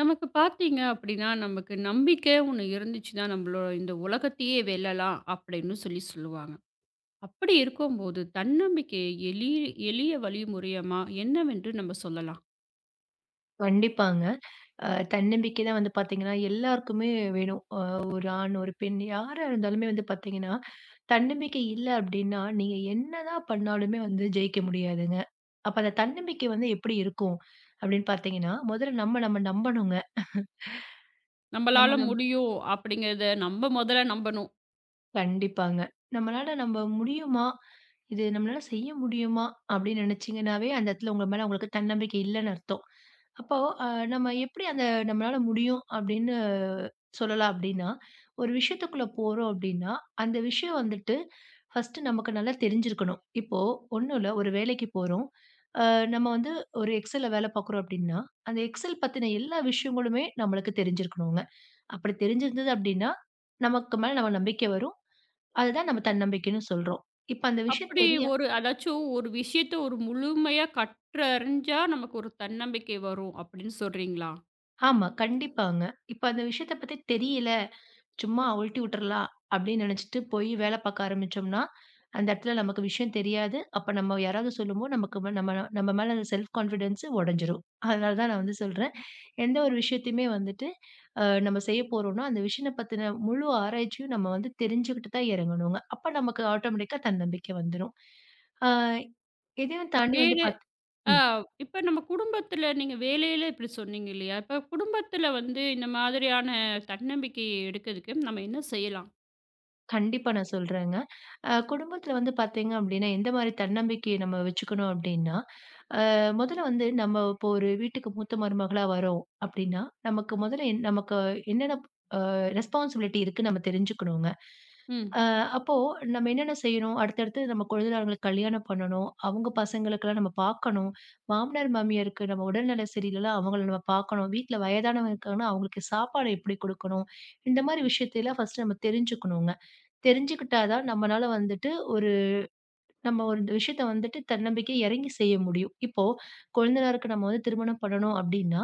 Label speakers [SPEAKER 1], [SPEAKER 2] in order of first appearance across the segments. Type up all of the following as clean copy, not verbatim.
[SPEAKER 1] நமக்கு பார்த்தீங்க அப்படின்னா, நமக்கு நம்பிக்கை ஒண்ணு இருந்துச்சுன்னா, நம்மளோட இந்த உலகத்தையே வெல்லலாம் அப்படின்னு சொல்லி சொல்லுவாங்க. அப்படி இருக்கும்போது, தன்னம்பிக்கையை எளிய வழி முறையமா என்னவென்று நம்ம சொல்லலாம்?
[SPEAKER 2] கண்டிப்பாங்க. அ தன்னம்பிக்கை தான் வந்து பார்த்தீங்கன்னா, எல்லாருக்குமே வேணும். ஒரு ஆண், ஒரு பெண் யாரா இருந்தாலுமே வந்து பார்த்தீங்கன்னா, தன்னம்பிக்கை இல்ல அப்டின்னா, நீங்க என்னதான் பண்ணாலுமே வந்து ஜெயிக்க முடியாதுங்க. அப்ப அந்த தன்னம்பிக்கை வந்து எப்படி இருக்கும்? அப்டின்னு பார்த்தீங்கன்னா, முதல்ல நம்ம நம்ம நம்பணுங்க. நம்ம
[SPEAKER 1] நம்மளால
[SPEAKER 2] நம்ப
[SPEAKER 1] முடியும் அப்படிங்கிறத நம்ம முதல்ல நம்பணும்.
[SPEAKER 2] கண்டிப்பாங்க. நம்மளால நம்ப முடியுமா? இது நம்மளால செய்ய முடியுமா? அப்டின்னு நெனச்சீங்கன்னாவே, அந்த இடத்துல உங்க மேல உங்களுக்கு தன்னம்பிக்கை இல்லன்னு அர்த்தம். அப்போ அ நம்ம எப்படி அந்த நம்மளால முடியும் அப்படின்னு சொல்லலாம் அப்படின்னா, ஒரு விஷயத்துக்குள்ள போறோம் அப்படின்னா, அந்த விஷயம் வந்துட்டு ஃபர்ஸ்ட்டு நமக்கு நல்லா தெரிஞ்சிருக்கணும். இப்போ ஒண்ணும் இல்ல ஒரு வேலைக்கு போறோம். அ நம்ம வந்து ஒரு எக்ஸல்ல வேலை பார்க்குறோம் அப்படின்னா, அந்த எக்ஸல் பத்தின எல்லா விஷயங்களுமே நம்மளுக்கு தெரிஞ்சிருக்கணுங்க. அப்படி தெரிஞ்சிருந்தது அப்படின்னா, நமக்கு மேல நம்ம நம்பிக்கை வரும். அதுதான் நம்ம தன்னம்பிக்கைன்னு சொல்றோம். இப்ப அந்த விஷயம்
[SPEAKER 1] அப்படி
[SPEAKER 2] தெரிய
[SPEAKER 1] ஒரு அதாச்சும் ஒரு விஷயத்த ஒரு முழுமையா கற்றறிஞ்சா, நமக்கு ஒரு தன்னம்பிக்கை வரும் அப்படின்னு சொல்றீங்களா?
[SPEAKER 2] ஆமா. கண்டிப்பாங்க. இப்ப அந்த விஷயத்த பத்தி தெரியல. சும்மா உழட்டி விட்டுறலாம் அப்படின்னு நினைச்சுட்டு போய் வேலை பார்க்க ஆரம்பிச்சோம்னா, அந்த இடத்துல நமக்கு விஷயம் தெரியாது. அப்ப நம்ம யாராவது சொல்லும்போது நம்ம நம்ம மேல அந்த செல்ஃப் கான்ஃபிடன்ஸ் உடைஞ்சிரும். அதனால தான் நான் வந்து சொல்றேன். எந்த ஒரு விஷயத்தையுமே வந்துட்டு நம்ம செய்ய போறோம்னா, அந்த விஷயம் பத்தின முழு ஆராய்ச்சியும் நம்ம வந்து தெரிஞ்சுக்கிட்டு தான் இறங்கணுங்க. அப்ப நமக்கு ஆட்டோமேட்டிக்கா தன்னம்பிக்கை வந்துரும். ஆ இதையும் தாண்டி வந்து
[SPEAKER 1] வேற
[SPEAKER 2] பாத்
[SPEAKER 1] ஆ
[SPEAKER 2] ம்.
[SPEAKER 1] இப்ப நம்ம குடும்பத்துல நீங்க வேலையில இப்படி சொன்னீங்க இல்லையா? இப்ப குடும்பத்துல வந்து இந்த மாதிரியான தன்னம்பிக்கை எடுக்கிறதுக்கு நம்ம என்ன செய்யலாம்?
[SPEAKER 2] கண்டிப்பா நான் சொல்றேங்க. குடும்பத்தில வந்து பார்த்தீங்க அப்டின்னா, எந்த மாரி தன்னம்பிக்கைய நம்ம வச்சுக்கணும் அப்டின்னா, அ முதல்ல வந்து நம்ம இப்போ ஒரு வீட்டுக்கு மூத்த மருமகளா வரோம் அப்டின்னா, நமக்கு என்னென்ன ரெஸ்பான்சிபிலிட்டி இருக்குன்னு நம்ம தெரிஞ்சுக்கணுங்க.
[SPEAKER 1] ம்.
[SPEAKER 2] அ அப்போ நம்ம என்னென்ன செய்யணும்? அடுத்தடுத்து நம்ம கொழுந்தனார்களுக்கு கல்யாணம் பண்ணணும். அவங்க பசங்களுக்கெல்லாம் நம்ம பார்க்கணும். மாமனார், மாமியாருக்கு நம்ம உடல்நல சரியில்லனா அவங்கள நம்ம பார்க்கணும். வீட்ல வயதானவங்க இருக்காங்கன்னா, அவங்களுக்கு சாப்பாடு எப்படி குடுக்கணும்? இந்த மாரி விஷயத்தையெல்லாம் ஃபர்ஸ்ட்டு நம்ம தெரிஞ்சுக்கணுங்க. தெரிஞ்சுக்கிட்டா தான் நம்மனால வந்துட்டு நம்ம ஒரு விஷயத்த வந்துட்டு தன்னம்பிக்கை இறங்கி செய்ய முடியும். இப்போ கொழுந்தனாருக்கு நம்ம வந்து திருமணம் பண்ணணும் அப்டின்னா,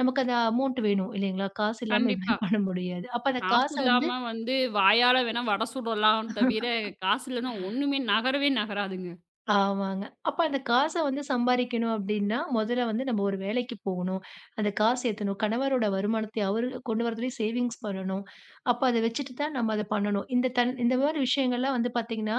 [SPEAKER 2] நமக்கு அந்த அமௌண்ட் வேணும் இல்லைங்களா? காசு இல்லாம எதுவுமே
[SPEAKER 1] கண்டிப்பா.
[SPEAKER 2] பண்ண முடியாது. அப்ப அந்த
[SPEAKER 1] காசு
[SPEAKER 2] காச வந்து
[SPEAKER 1] இல்லாம வந்து வாயால வேணா வடை சுடலாம் தவிர, காசு இல்லன்னா ஒண்ணுமே நகரவே நகராதுங்க.
[SPEAKER 2] ஆமாங்க. அப்ப அந்த காச வந்து சம்பாரிக்கணும் அப்டின்னா, முதல்ல வந்து நம்ம ஒரு வேலைக்கு போகணும். அந்த காசு சேர்த்தணும். கணவரோட வருமானத்தை அவரு கொண்டு வரதுலயும் சேவிங்ஸ் பண்ணணும். அப்ப அத வச்சுட்டு தான் நம்ம அத பண்ணணும். இந்த மாரி விஷயங்கள்லாம் வந்து பார்த்தீங்கன்னா,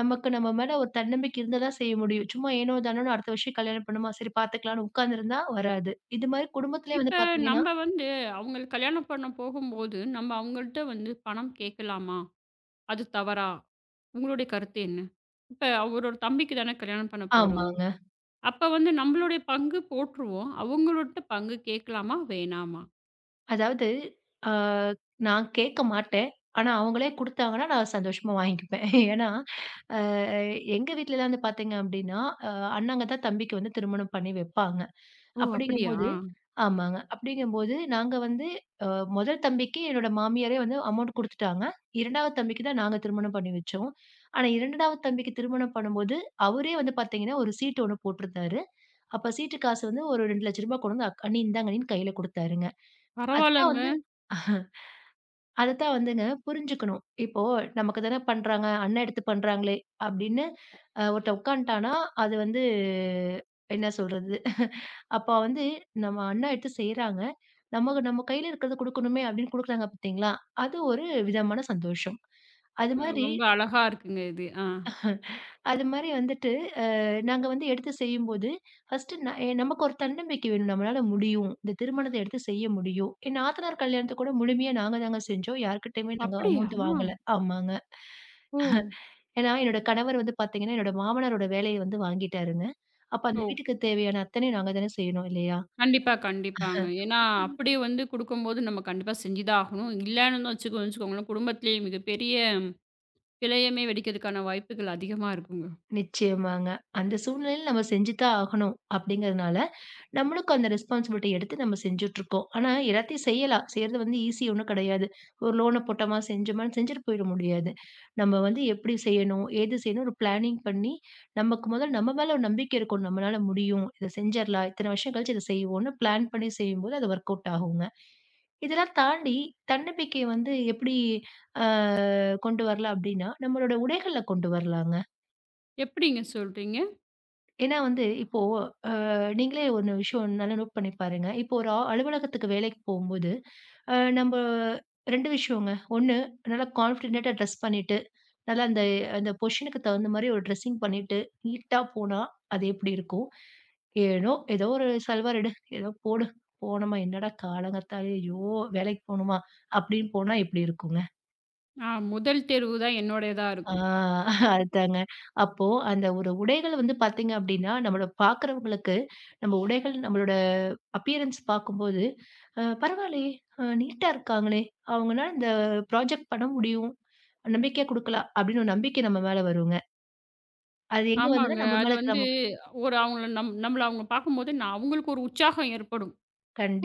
[SPEAKER 2] நமக்கு நம்ம மேல ஒரு தன்னம்பிக்கை இருந்தா தான் செய்ய முடியும். சும்மா ஏனோ தானோன்னு அடுத்த வருஷம் கல்யாணம் பண்ணுமா, சரி பார்த்துக்கலாம்ன்னு உட்கார்ந்திருந்தா வராது. இது மாரி குடும்பத்திலயே
[SPEAKER 1] இப்ப
[SPEAKER 2] வந்து பார்த்தீங்கன்னா
[SPEAKER 1] நம்ம வந்து அவங்களுக்கு கல்யாணம் பண்ண போகும்போது, நம்ம அவங்கள்ட்ட வந்து பணம் கேட்கலாமா? அது தவறா? உங்களுடைய கருத்து என்ன? இப்ப அவரோட தம்பிக்கு தானே கல்யாணம் பண்ண போறோம்.
[SPEAKER 2] ஆமாங்க.
[SPEAKER 1] அப்ப வந்து நம்மளுடைய பங்கு போட்டுருவோம். அவங்களோட பங்கு கேட்கலாமா? வேணாமா?
[SPEAKER 2] அதாவது அ நான் கேட்க மாட்டேன். ஆனா, அவங்களே குடுத்தாங்கன்னா, நான் சந்தோஷமா வாங்கிக்குப்பேன். ஏன்னா, அ எங்க வீட்லலாம் வந்து பார்த்தீங்க அப்டின்னா, அ அண்ணாங்க தான் தம்பிக்கு வந்து திருமணம் பண்ணி வைப்பாங்க.
[SPEAKER 1] ஓ! அப்படியா?
[SPEAKER 2] அப்படிங்கும்போது ஆமாங்க. அப்படிங்கும்போது நாங்க வந்து அ முதல் தம்பிக்கு என்னோட மாமியாரே வந்து அமௌண்ட் குடுத்துட்டாங்க. 2வது தம்பிக்கு தான் நாங்க திருமணம் பண்ணி வச்சோம். ஆனா, 2வது தம்பிக்கு திருமணம் பண்ணும்போது, அவரே வந்து பார்த்தீங்கன்னா, ஒரு சீட்டு ஒண்ணு போட்டிருந்தாரு. அப்ப சீட்டு காசு வந்து ஒரு ரூ. 2,00,000 கொண்டு வந்து "அண்ணி இந்தாங்க அண்ணின்னு" கையில குடுத்தாருங்க. அதுதான்
[SPEAKER 1] பரவால்லங்க.
[SPEAKER 2] வந்து அதத்தான் வந்துங்க புரிஞ்சுக்கணும். இப்போ நமக்கு தானே பண்றாங்க, அண்ணன் எடுத்து பண்றாங்களே அப்படின்னு ஒருத்தன் உட்காந்துட்டான்னா, அது வந்து என்ன சொல்றது? அப்ப வந்து நம்ம அண்ணா எடுத்து செய்றாங்க. நமக்கு நம்ம கையில இருக்கிறத குடுக்கணுமே அப்படின்னு குடுக்குறாங்க பார்த்தீங்களா? அது ஒரு விதமான சந்தோஷம். அது மாரி
[SPEAKER 1] ரொம்ப அழகா இருக்குங்க இது. ஆ.
[SPEAKER 2] அது மாரி வந்துட்டு நாங்க வந்து எடுத்து செய்யும்போது, ஃபர்ஸ்ட்டு ந நமக்கு ஒரு தன்னம்பிக்கை வேணும். நம்மளால முடியும். இந்த திருமணத்த எடுத்து செய்ய முடியும். என் நாத்தனார் கல்யாணத்த கூட முழுமையா நாங்க தாங்க செஞ்சோம். யார்கிட்டயுமே நாங்க
[SPEAKER 1] அப்படியா?
[SPEAKER 2] அமௌண்ட் வாங்கல. ஆமாங்க.
[SPEAKER 1] ஓ!
[SPEAKER 2] ஏன்னா, என்னோட கணவர் வந்து பார்த்தீங்கன்னா, என்னோட மாமனாரோட வேலைய வந்து வாங்கிட்டாருங்க. அப்ப அந்த
[SPEAKER 1] ஓ!
[SPEAKER 2] வீட்டுக்கு தேவையான அத்தனையும் நாங்க தானே செய்யணும் இல்லையா?
[SPEAKER 1] கண்டிப்பா, கண்டிப்பாங்க. ஏன்னா, அப்படியே வந்து குடுக்கும்போது நம்ம கண்டிப்பா செஞ்சு தான் ஆகணும். இல்லன்னு வச்சுக்கோ வச்சுக்கோங்களேன், குடும்பத்திலேயே மிகப்பெரிய பிழையமே வெடிக்கிறதுக்கான வாய்ப்புகள் அதிகமா இருக்குங்க.
[SPEAKER 2] நிச்சயமாங்க. அந்த சூழ்நிலையில நம்ம செஞ்சு தான் ஆகணும். அப்படிங்கிறதுனால, நம்மளுக்கும் அந்த ரெஸ்பான்சிபிலிட்டி எடுத்து நம்ம செஞ்சுட்டுருக்கோம். ஆனா, எல்லாத்தையும் செய்யலாம். செய்றது வந்து ஈஸி ஒண்ணும் கிடையாது. ஒரு லோன போட்டோமா, செஞ்சோமான்னு செஞ்சுட்டு போயிட முடியாது. நம்ம வந்து எப்படி செய்யணும், ஏது செய்யணும் ஒரு பிளானிங் பண்ணி, நமக்கு முதல்ல நம்ம மேல ஒரு நம்பிக்கை இருக்கணும். நம்மளால முடியும். இத செஞ்சிரலாம். இத்தன வருஷம் கழிச்சு இத செய்வோம்ன்னு பிளான் பண்ணி செய்யும்போது அது ஒர்க் அவுட் ஆகுங்க. இதெல்லாம் தாண்டி தன்னம்பிக்கைய வந்து எப்படி கொண்டு வரலாம் அப்டின்னா, நம்மளோட உடைகள்ல கொண்டு வரலாங்க.
[SPEAKER 1] எப்படிங்க சொல்றீங்க?
[SPEAKER 2] ஏன்னா வந்து இப்போ நீங்களே ஒண்ணு விஷயம் நல்லா நோட் பண்ணி பாருங்க. இப்போ ஒரு அலுவலகத்துக்கு வேலைக்கு போம்போது, அ நம்ப 2 விஷயங்க. ஒண்ணு நல்லா கான்ஃபிடென்ட்டா ட்ரெஸ் பண்ணிட்டு, நல்லா அந்த அந்த பொசிஷனுக்கு தகுந்த மாரி ஒரு ட்ரெஸ்ஸிங் பண்ணிட்டு, நீட்டா போனா அது எப்படி இருக்கும்? ஏனோ ஏதோ ஒரு சல்வார் எடு, ஏதோ போடு. போனோமா, என்னடா காலங்காத்தாலே, ஐயோ! வேலைக்கு போணுமா அப்படின்னு போனா எப்படி இருக்குங்க?
[SPEAKER 1] ஆ முதல் தேர்வு தான் என்னோடையதா
[SPEAKER 2] ஆ
[SPEAKER 1] இருக்கும்.
[SPEAKER 2] அதுதாங்க. அப்போ அந்த ஒரு உடைகள் வந்து பார்த்தீங்க அப்டின்னா, நம்மள பார்க்குறவங்களுக்கு, நம்ம உடைகள் நம்மளோட அப்பியரன்ஸ் பார்க்கும்போது, பரவாயில்லயே! நீட்டா இருக்காங்களே! அவங்கனால இந்த ப்ராஜெக்ட் பண்ண முடியும். நம்பிக்கையா குடுக்கலாம். அப்டின்னு ஒரு நம்பிக்கை நம்ம மேல வருங்க. அது எங்க வந்துன்னா,
[SPEAKER 1] ஆமாங்க.
[SPEAKER 2] நம்ம மேல
[SPEAKER 1] அது
[SPEAKER 2] இருக்கிற
[SPEAKER 1] வந்து
[SPEAKER 2] நமக்கு
[SPEAKER 1] ஒரு அவங்கள நம்மள அவங்க பார்க்கும்போது நான் அவங்களுக்கு ஒரு உற்சாகம் ஏற்படும்.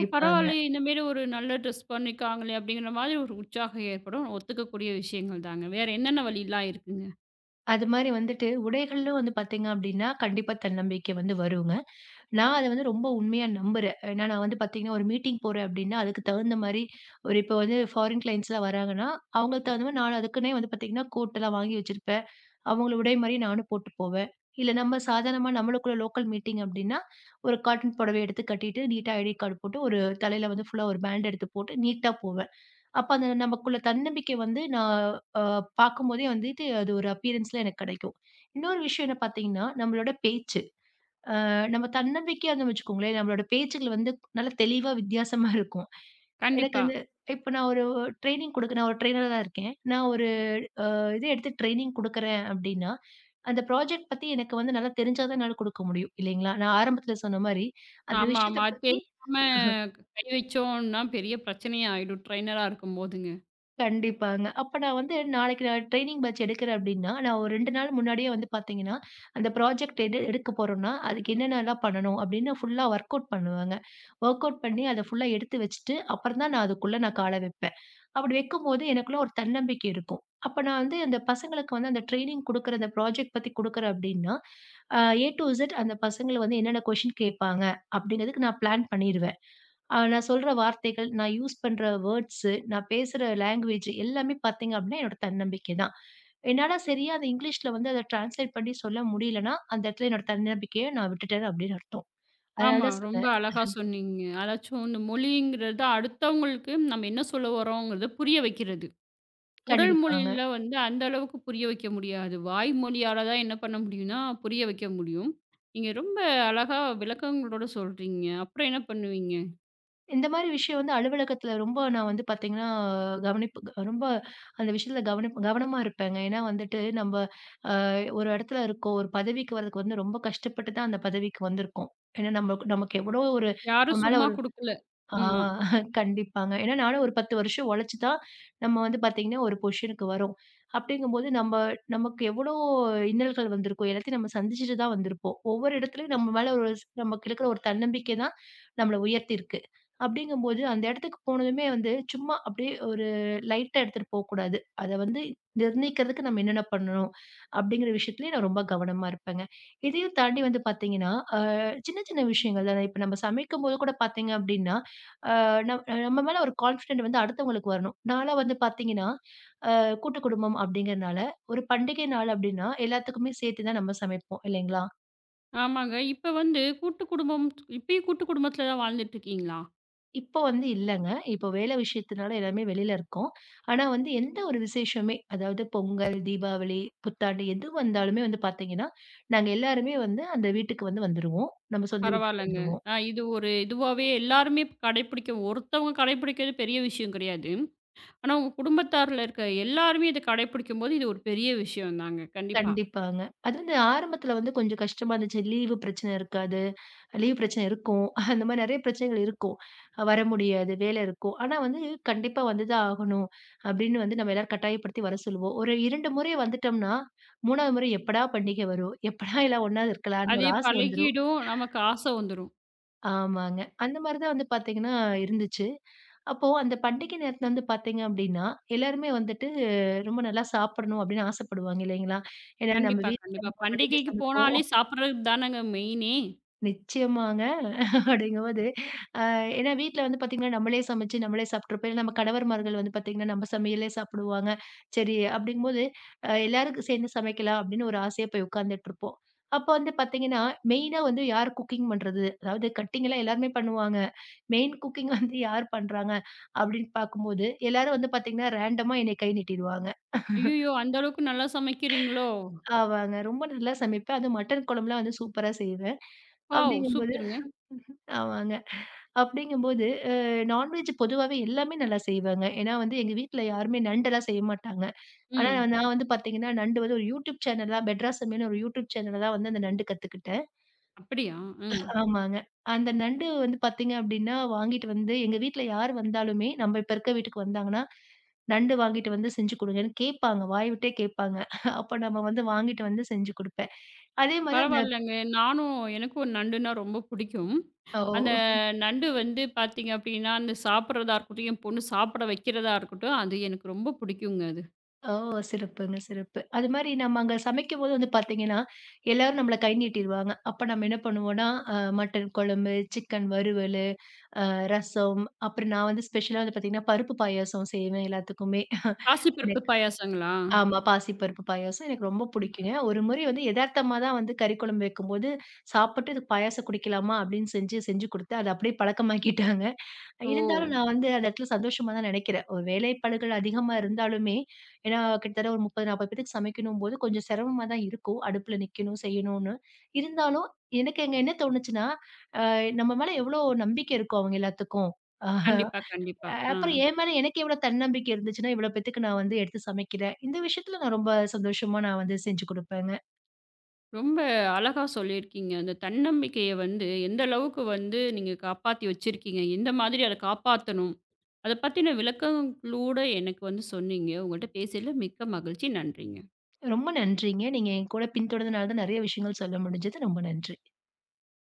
[SPEAKER 1] ஓ! பரவாயில்லையே! இந்த மாரி ஒரு நல்ல ட்ரெஸ் பண்ணியிருக்காங்களே! அப்படிங்கிற மாதிரி ஒரு உற்சாகம் ஏற்படும். ஒத்துக்கக்கூடிய விஷயங்கள் தாங்க. வேற என்னென்ன வழிலாம் இருக்குங்க?
[SPEAKER 2] அது மாரி வந்துட்டு உடைகள்லும் வந்து பார்த்தீங்க அப்டின்னா, கண்டிப்பா தன்னம்பிக்கை வந்து வருங்க. நான் அத வந்து ரொம்ப உண்மையா நம்புறேன். ஏன்னா நான் வந்து பார்த்தீங்கன்னா, ஒரு மீட்டிங் போறேன் அப்டின்னா, அதுக்கு தகுந்த மாரி ஒரு இப்போ வந்து ஃபாரின் கிளையண்ட்ஸ்லாம் வராங்கன்னா, அவங்களுக்கு தகுந்த மாரி நான் அதுக்குன்னே வந்து பார்த்தீங்கன்னா, கோட்டெல்லாம் வாங்கி வச்சிருப்பேன். அவங்கள உடை மாரி நானும் போட்டு போவேன். இல்ல நம்ம சாதாரணமா நம்மளுக்குள்ள லோக்கல் மீட்டிங் அப்டின்னா, ஒரு காட்டன் புடவை எடுத்து கட்டிட்டு, நீட்டா ஐடி கார்டு போட்டு, ஒரு தலையில வந்து ஃபுல்லா ஒரு பேண்ட் எடுத்து போட்டு நீட்டா போவேன். அப்ப அந்த நமக்குள்ள தன்னம்பிக்கை வந்து நான் அ பார்க்கும்போதே வந்துட்டு, அது ஒரு அப்பியரன்ஸ்ல எனக்கு கிடைக்கும். இன்னொரு விஷயம் என்ன பார்த்தீங்கன்னா, நம்மளோட பேச்சு. நம்ம தன்னம்பிக்கையா இருந்தோம்னு வச்சுக்கோங்களேன், நம்மளோட பேச்சுகள் வந்து நல்லா தெளிவா வித்தியாசமா இருக்கும். எனக்கு
[SPEAKER 1] கண்டிப்பா.
[SPEAKER 2] வந்து இப்ப நான் ஒரு ட்ரெய்னிங் குடுக்க நான் ஒரு ட்ரெய்னரா தான் இருக்கேன். நான் ஒரு இது எடுத்து ட்ரெய்னிங் குடுக்குறேன் அப்டின்னா, அந்த ப்ராஜெக்ட் பத்தி எனக்கு வந்து நல்லா தெரிஞ்சா தான் என்னால குடுக்க முடியும் இல்லைங்களா? நான் ஆரம்பத்துல சொன்ன மாரி, அந்த
[SPEAKER 1] ஆமா,
[SPEAKER 2] விஷயத்த
[SPEAKER 1] ஆமா. அது
[SPEAKER 2] பத்தி
[SPEAKER 1] தெரியாம கை வச்சோம்னா பெரிய பிரச்சனையா ஆயிடும். ட்ரெய்னரா இருக்கும்போதுங்க.
[SPEAKER 2] கண்டிப்பாங்க. அப்ப நான் வந்து நாளைக்கு நான் ட்ரெய்னிங் பேட்ச் எடுக்கிறேன் அப்டின்னா, நான் ஒரு 2 நாள் முன்னாடியே வந்து பார்த்தீங்கன்னா, அந்த ப்ராஜெக்ட் எடுக்க போறோம்னா, அதுக்கு என்னென்னலாம் பண்ணணும் அப்டின்னு ஃபுல்லா ஒர்க் அவுட் பண்ணுவேங்க. ஒர்க் அவுட் பண்ணி அத ஃபுல்லா எடுத்து வச்சுட்டு, அப்புறம் தான் நான் அதுக்குள்ள நான் கால வைப்பேன். அப்படி வைக்கும்போது எனக்குள்ள ஒரு தன்னம்பிக்கை இருக்கும். அப்ப நான் வந்து அந்த பசங்களுக்கு வந்து அந்த ட்ரெய்னிங் குடுக்குற, அந்த ப்ராஜெக்ட் பத்தி குடுக்குறேன் அப்டின்னா, அ A to Z அந்த பசங்கள வந்து என்னென்ன கொஸ்டின் கேட்பாங்க அப்டிங்கிறதுக்கு நான் பிளான் பண்ணிருவேன். நான் சொல்ற வார்த்தைகள், நான் யூஸ் பண்ற வேர்ட்ஸு, நான் பேசுற லாங்குவேஜ் எல்லாமே பார்த்தீங்க அப்டின்னா, என்னோட தன்னம்பிக்கை தான். என்னால சரியா அந்த இங்கிலீஷ்ல வந்து அத டிரான்ஸ்லேட் பண்ணி சொல்ல முடியலன்னா, அந்த இடத்துல என்னோட தன்னம்பிக்கைய நான் விட்டுட்டேன் அப்டின்னு அர்த்தம். அதனால
[SPEAKER 1] ஆமா.
[SPEAKER 2] தான்
[SPEAKER 1] ரொம்ப
[SPEAKER 2] சொன்னேன்.
[SPEAKER 1] அழகா சொன்னீங்க. அதாச்சும் இந்த மொழிங்கிறது அடுத்தவங்களுக்கு நம்ம என்ன சொல்ல வரோங்கிறத புரிய வைக்கிறது. உடல்
[SPEAKER 2] கண்டிப்பாங்க.
[SPEAKER 1] மொழியில வந்து அந்த அளவுக்கு புரிய வைக்க முடியாது. வாய் மொழியால தான் என்ன பண்ண முடியும்னா புரிய வைக்க முடியும். நீங்க ரொம்ப அழகா விளக்கங்களோட சொல்றீங்க. அப்புறம் என்ன பண்ணுவீங்க?
[SPEAKER 2] இந்த மாரி விஷயம் வந்து அலுவலகத்துல ரொம்ப நான் வந்து பார்த்தீங்கன்னா, கவனிப்பு ரொம்ப அந்த விஷயத்துல கவனமா இருப்பேங்க. ஏன்னா வந்துட்டு நம்ப அ ஒரு இடத்துல இருக்கோம். ஒரு பதவிக்கு வர்றதுக்கு வந்து ரொம்ப கஷ்டப்பட்டு தான் அந்த பதவிக்கு வந்திருக்கோம். ஏன்னா நமக்கு நமக்கு எவ்வளோ ஒரு
[SPEAKER 1] யாரும்
[SPEAKER 2] நம்ம மேல
[SPEAKER 1] சும்மா குடுக்கல.
[SPEAKER 2] ஆ
[SPEAKER 1] ம்மா.
[SPEAKER 2] கண்டிப்பாங்க. ஏன்னா நானும் ஒரு 10 வருஷம் உழைச்சு தான் நம்ம வந்து பார்த்தீங்கன்னா, ஒரு பொசிஷனுக்கு வரோம். அப்படிங்கும்போது நம்ம நமக்கு எவ்வளோ இன்னல்கள் வந்திருக்கும். எல்லாத்தையும் நம்ம சந்திச்சுட்டு தான் வந்திருப்போம். ஒவ்வொரு இடத்துலயும் நம்ம மேல ஒரு நமக்கு இருக்கிற ஒரு தன்னம்பிக்கை தான் நம்மள உயர்த்தியிருக்கு. அப்படிங்கும்போது அந்த இடத்துக்கு போனதுமே வந்து சும்மா அப்படியே ஒரு லைட்டா எடுத்துட்டு போக்கூடாது. அத வந்து நிர்ணயிக்கிறதுக்கு நம்ம என்னென்ன பண்ணணும்? அப்படிங்கிற விஷயத்திலயே நான் ரொம்ப கவனமா இருப்பேங்க. இதையும் தாண்டி வந்து பார்த்தீங்கன்னா, அ சின்ன சின்ன விஷயங்கள் தான. இப்ப நம்ம சமைக்கும்போது கூட பார்த்தீங்க அப்படின்னா, ஆ நம் நம்ம மேல ஒரு கான்ஃபிடென்ட் வந்து அடுத்தவங்களுக்கு வரணும். நான்லாம் வந்து பார்த்தீங்கன்னா, அ கூட்டு குடும்பம் அப்படிங்கிறனால, ஒரு பண்டிகை நாள் அப்படின்னா, எல்லாத்துக்குமே சேர்த்து தான் நம்ம சமைப்போம் இல்லைங்களா?
[SPEAKER 1] ஆமாங்க. இப்ப வந்து கூட்டு குடும்பம் இப்பயும் கூட்டு குடும்பத்துல தான் வாழ்ந்துட்டு இருக்கீங்களா?
[SPEAKER 2] இப்போ வந்து இல்லங்க. இப்போ வேலை விஷயத்தினால எல்லாருமே வெளியில இருக்கோம். ஆனா வந்து எந்த ஒரு விசேஷமே, அதாவது பொங்கல், தீபாவளி, புத்தாண்டு எது வந்தாலுமே வந்து பார்த்தீங்கன்னா, நாங்க எல்லாருமே வந்து அந்த வீட்டுக்கு வந்து வந்துருவோம். நம்ம சொந்த வீட்டுக்கு
[SPEAKER 1] பரவால்லங்க.
[SPEAKER 2] வந்துருவோம்.
[SPEAKER 1] இது ஒரு இதுவாவே எல்லாருமே கடைபிடிக்க ஒருத்தவங்க கடைபிடிக்கிறது பெரிய விஷயம் கிடையாது. ஆனா, உங்க குடும்பத்தார்ல இருக்க எல்லாருமே இத கடைபிடிக்கும்போது, இது ஒரு பெரிய விஷயம் தாங்க. கண்டிப்பா.
[SPEAKER 2] கண்டிப்பாங்க. அது வந்து ஆரம்பத்தில வந்து கொஞ்சம் கஷ்டமா இருந்துச்சு. லீவு பிரச்சனை இருக்காது. லீவ் பிரச்சனை இருக்கும். அந்த மாரி நெறைய பிரச்சனைகள் இருக்கும். வர முடியாது, வேலை இருக்கும். ஆனா வந்து கண்டிப்பா வந்துதான் ஆகணும். அப்படின்னு வந்து நம்ம எல்லாரும் கட்டாயப்படுத்தி வர சொல்லுவோம். ஒரு 2 முறை வந்துட்டோம்னா, 3வது முறை எப்படா பண்டிகை வரும்? எப்படா எல்லாம் ஒண்ணா இருக்கலாம்ன்னு
[SPEAKER 1] அதே
[SPEAKER 2] ஒரு ஆசை வந்துரும்.
[SPEAKER 1] பழகிடும். நமக்கு ஆசை வந்துரும்.
[SPEAKER 2] ஆமாங்க. அந்த மாரி தான் வந்து பார்த்தீங்கன்னா இருந்துச்சு. அப்போ அந்த பண்டிகை நேரத்துல வந்து பார்த்தீங்க அப்படின்னா, எல்லாருமே வந்துட்டு ரொம்ப நல்லா சாப்பிடணும் அப்படின்னு ஆசைப்படுவாங்க இல்லைங்களா? ஏன்னா நம்ம
[SPEAKER 1] கண்டிப்பா,
[SPEAKER 2] வீட்ல
[SPEAKER 1] கண்டிப்பா.
[SPEAKER 2] நம்ம மனைவியே
[SPEAKER 1] பண்டிகைக்கு
[SPEAKER 2] சமைப்போம்.
[SPEAKER 1] போனாலே சாப்பிடுறது தானங்க மெயினே!
[SPEAKER 2] நிச்சயமாங்க. அப்படிங்கும்போது ஏன்னா வீட்ல வந்து பார்த்தீங்கன்னா, நம்மளே சமைச்சு நம்மளே சாப்பிட்டுருப்போம். இல்ல நம்ம கணவர்மார்கள் வந்து பார்த்தீங்கன்னா, நம்ம சமையலே சாப்பிடுவாங்க. சரி அப்படிங்கும்போது, எல்லாருக்கும் சேர்ந்து சமைக்கலாம் அப்படின்னு ஒரு ஆசையா போய் உட்கார்ந்துட்டுருப்போம். அப்போ வந்து பார்த்தீங்கன்னா, மெயினா வந்து யார் குக்கிங் பண்றது? அதாவது கட்டிங்லாம் எல்லாருமே பண்ணுவாங்க. மெயின் குக்கிங் வந்து யார் பண்றாங்க? அப்படின்னு பார்க்கும்போது, எல்லாரும் வந்து பார்த்தீங்கன்னா, ரேண்டமா என்னைய கை நீட்டிருவாங்க.
[SPEAKER 1] ஐய்யயோ! அந்த அளவுக்கு நல்லா சமைக்கிறீங்களோ!
[SPEAKER 2] ஆமாங்க. ரொம்ப நல்லா சமைப்பேன். அதுவும் மட்டன் குழம்புலாம் வந்து சூப்பரா செய்வேன்.
[SPEAKER 1] வாவ்!
[SPEAKER 2] அப்படிங்கும்போது
[SPEAKER 1] சூப்பருங்க.
[SPEAKER 2] ஆமாங்க. அப்படிங்கும்போது, நான்வெஜ் பொதுவாவே எல்லாமே நல்லா செய்வேங்க. ஏன்னா வந்து எங்க வீட்ல யாருமே நண்டெல்லாம் செய்ய மாட்டாங்க. ஆனா
[SPEAKER 1] ம்.
[SPEAKER 2] நான் வந்து பார்த்தீங்கன்னா, நண்டு வந்து ஒரு யூடியூப் சேனல் தான் பெட்ராசம்மின்னு ஒரு யூடியூப் சேனல்ல தான் வந்து அந்த நண்டு கத்துக்கிட்டேன்.
[SPEAKER 1] அப்படியா? ம்.
[SPEAKER 2] ஆமாங்க. அந்த நண்டு வந்து பார்த்தீங்க அப்படின்னா, வாங்கிட்டு வந்து எங்க வீட்ல யார் வந்தாலுமே நம்ம இப்ப இருக்க வீட்டுக்கு வந்தாங்கன்னா, நண்டு வாங்கிட்டு வந்து செஞ்சு குடுங்கன்னு கேட்பாங்க. வாய் விட்டே கேட்பாங்க. அப்ப நம்ம வந்து வாங்கிட்டு வந்து செஞ்சு குடுப்பேன். அதே மாரி அந்த
[SPEAKER 1] பரவாயில்லங்க. நானும் எனக்கும் நண்டுன்னா ரொம்ப பிடிக்கும். அந்த
[SPEAKER 2] ஓ
[SPEAKER 1] நண்டு வந்து பார்த்தீங்க அப்படின்னா, அந்த சாப்பிடுறதா இருக்கட்டும், என் பொண்ணு சாப்பிட வைக்கிறதா இருக்கட்டும், அது எனக்கு ரொம்ப பிடிக்குங்க அது.
[SPEAKER 2] ஓ! சிறப்புங்க, சிறப்பு. அது மாரி நம்ம அங்க சமைக்கும்போது வந்து பார்த்தீங்கன்னா, எல்லாரும் நம்மள கை நீட்டிருவாங்க. அப்ப நம்ம என்ன பண்ணுவோம்னா, மட்டன் குழம்பு, சிக்கன் வறுவலு, ரசம், அப்புறம் நான் வந்து ஸ்பெஷலா வந்து பார்த்தீங்கன்னா, பருப்பு பாயாசம் செய்வேன் எல்லாத்துக்குமே.
[SPEAKER 1] பாசிப்பருப்பு
[SPEAKER 2] எனக்கு
[SPEAKER 1] பாயாசங்களா?
[SPEAKER 2] ஆமா, பாசிப்பருப்பு பாயாசம் எனக்கு ரொம்ப
[SPEAKER 1] ம்.
[SPEAKER 2] பிடிக்குங்க. ஒரு முறை வந்து எதார்த்தமா தான் வந்து கறி குழம்பு வைக்கும்போது, சாப்பிட்டு "இது பாயாசம் குடிக்கலாமா?" அப்படின்னு செஞ்சு, செஞ்சு குடுத்தேன். அத அப்படியே பழக்கமாக்கிட்டாங்க.
[SPEAKER 1] ஓ!
[SPEAKER 2] இருந்தாலும் நான் வந்து அந்த இடத்துல சந்தோஷமா தான் நினைக்கிறேன். ஒரு வேலைப்பளுகள் அதிகமா இருந்தாலுமே, ஏன்னா கிட்டத்தட்ட ஒரு 30, 40 பேத்துக்கு சமைக்கணும்போது கொஞ்சம் சிரமமா தான் இருக்கும். அடுப்புல நிக்கணும், செய்யணும்னு. இருந்தாலும் எனக்கு அங்க என்ன தோணுச்சுன்னா, அ நம்ம மேல எவ்வளோ நம்பிக்கை இருக்கும் அவங்க எல்லாத்துக்கும். அ
[SPEAKER 1] கண்டிப்பா, கண்டிப்பா. ஆ.
[SPEAKER 2] அப்புறம் என் மேல எனக்கு எவ்வளோ தன்னம்பிக்கை இருந்துச்சுன்னா, இவ்வளோ பேத்துக்கு நான் வந்து எடுத்து சமைக்கிறேன். இந்த விஷயத்துல நான் ரொம்ப சந்தோஷமா நான் வந்து செஞ்சு குடுப்பேங்க.
[SPEAKER 1] ரொம்ப அழகா சொல்லியிருக்கீங்க. அந்த தன்னம்பிக்கைய வந்து எந்த அளவுக்கு வந்து நீங்க காப்பாத்தி வச்சிருக்கீங்க, எந்த மாதிரி அத காப்பாத்தணும், அத பத்தின விளக்கங்களோட எனக்கு வந்து சொன்னீங்க. உங்கள்ட்ட பேசியதில மிக்க மகிழ்ச்சி. நன்றிங்க.
[SPEAKER 2] ரொம்ப நன்றிங்க. நீங்க என் கூட பின்தொடர்ந்தனால தான் நெறைய விஷயங்கள் சொல்ல முடிஞ்சது. ரொம்ப நன்றி.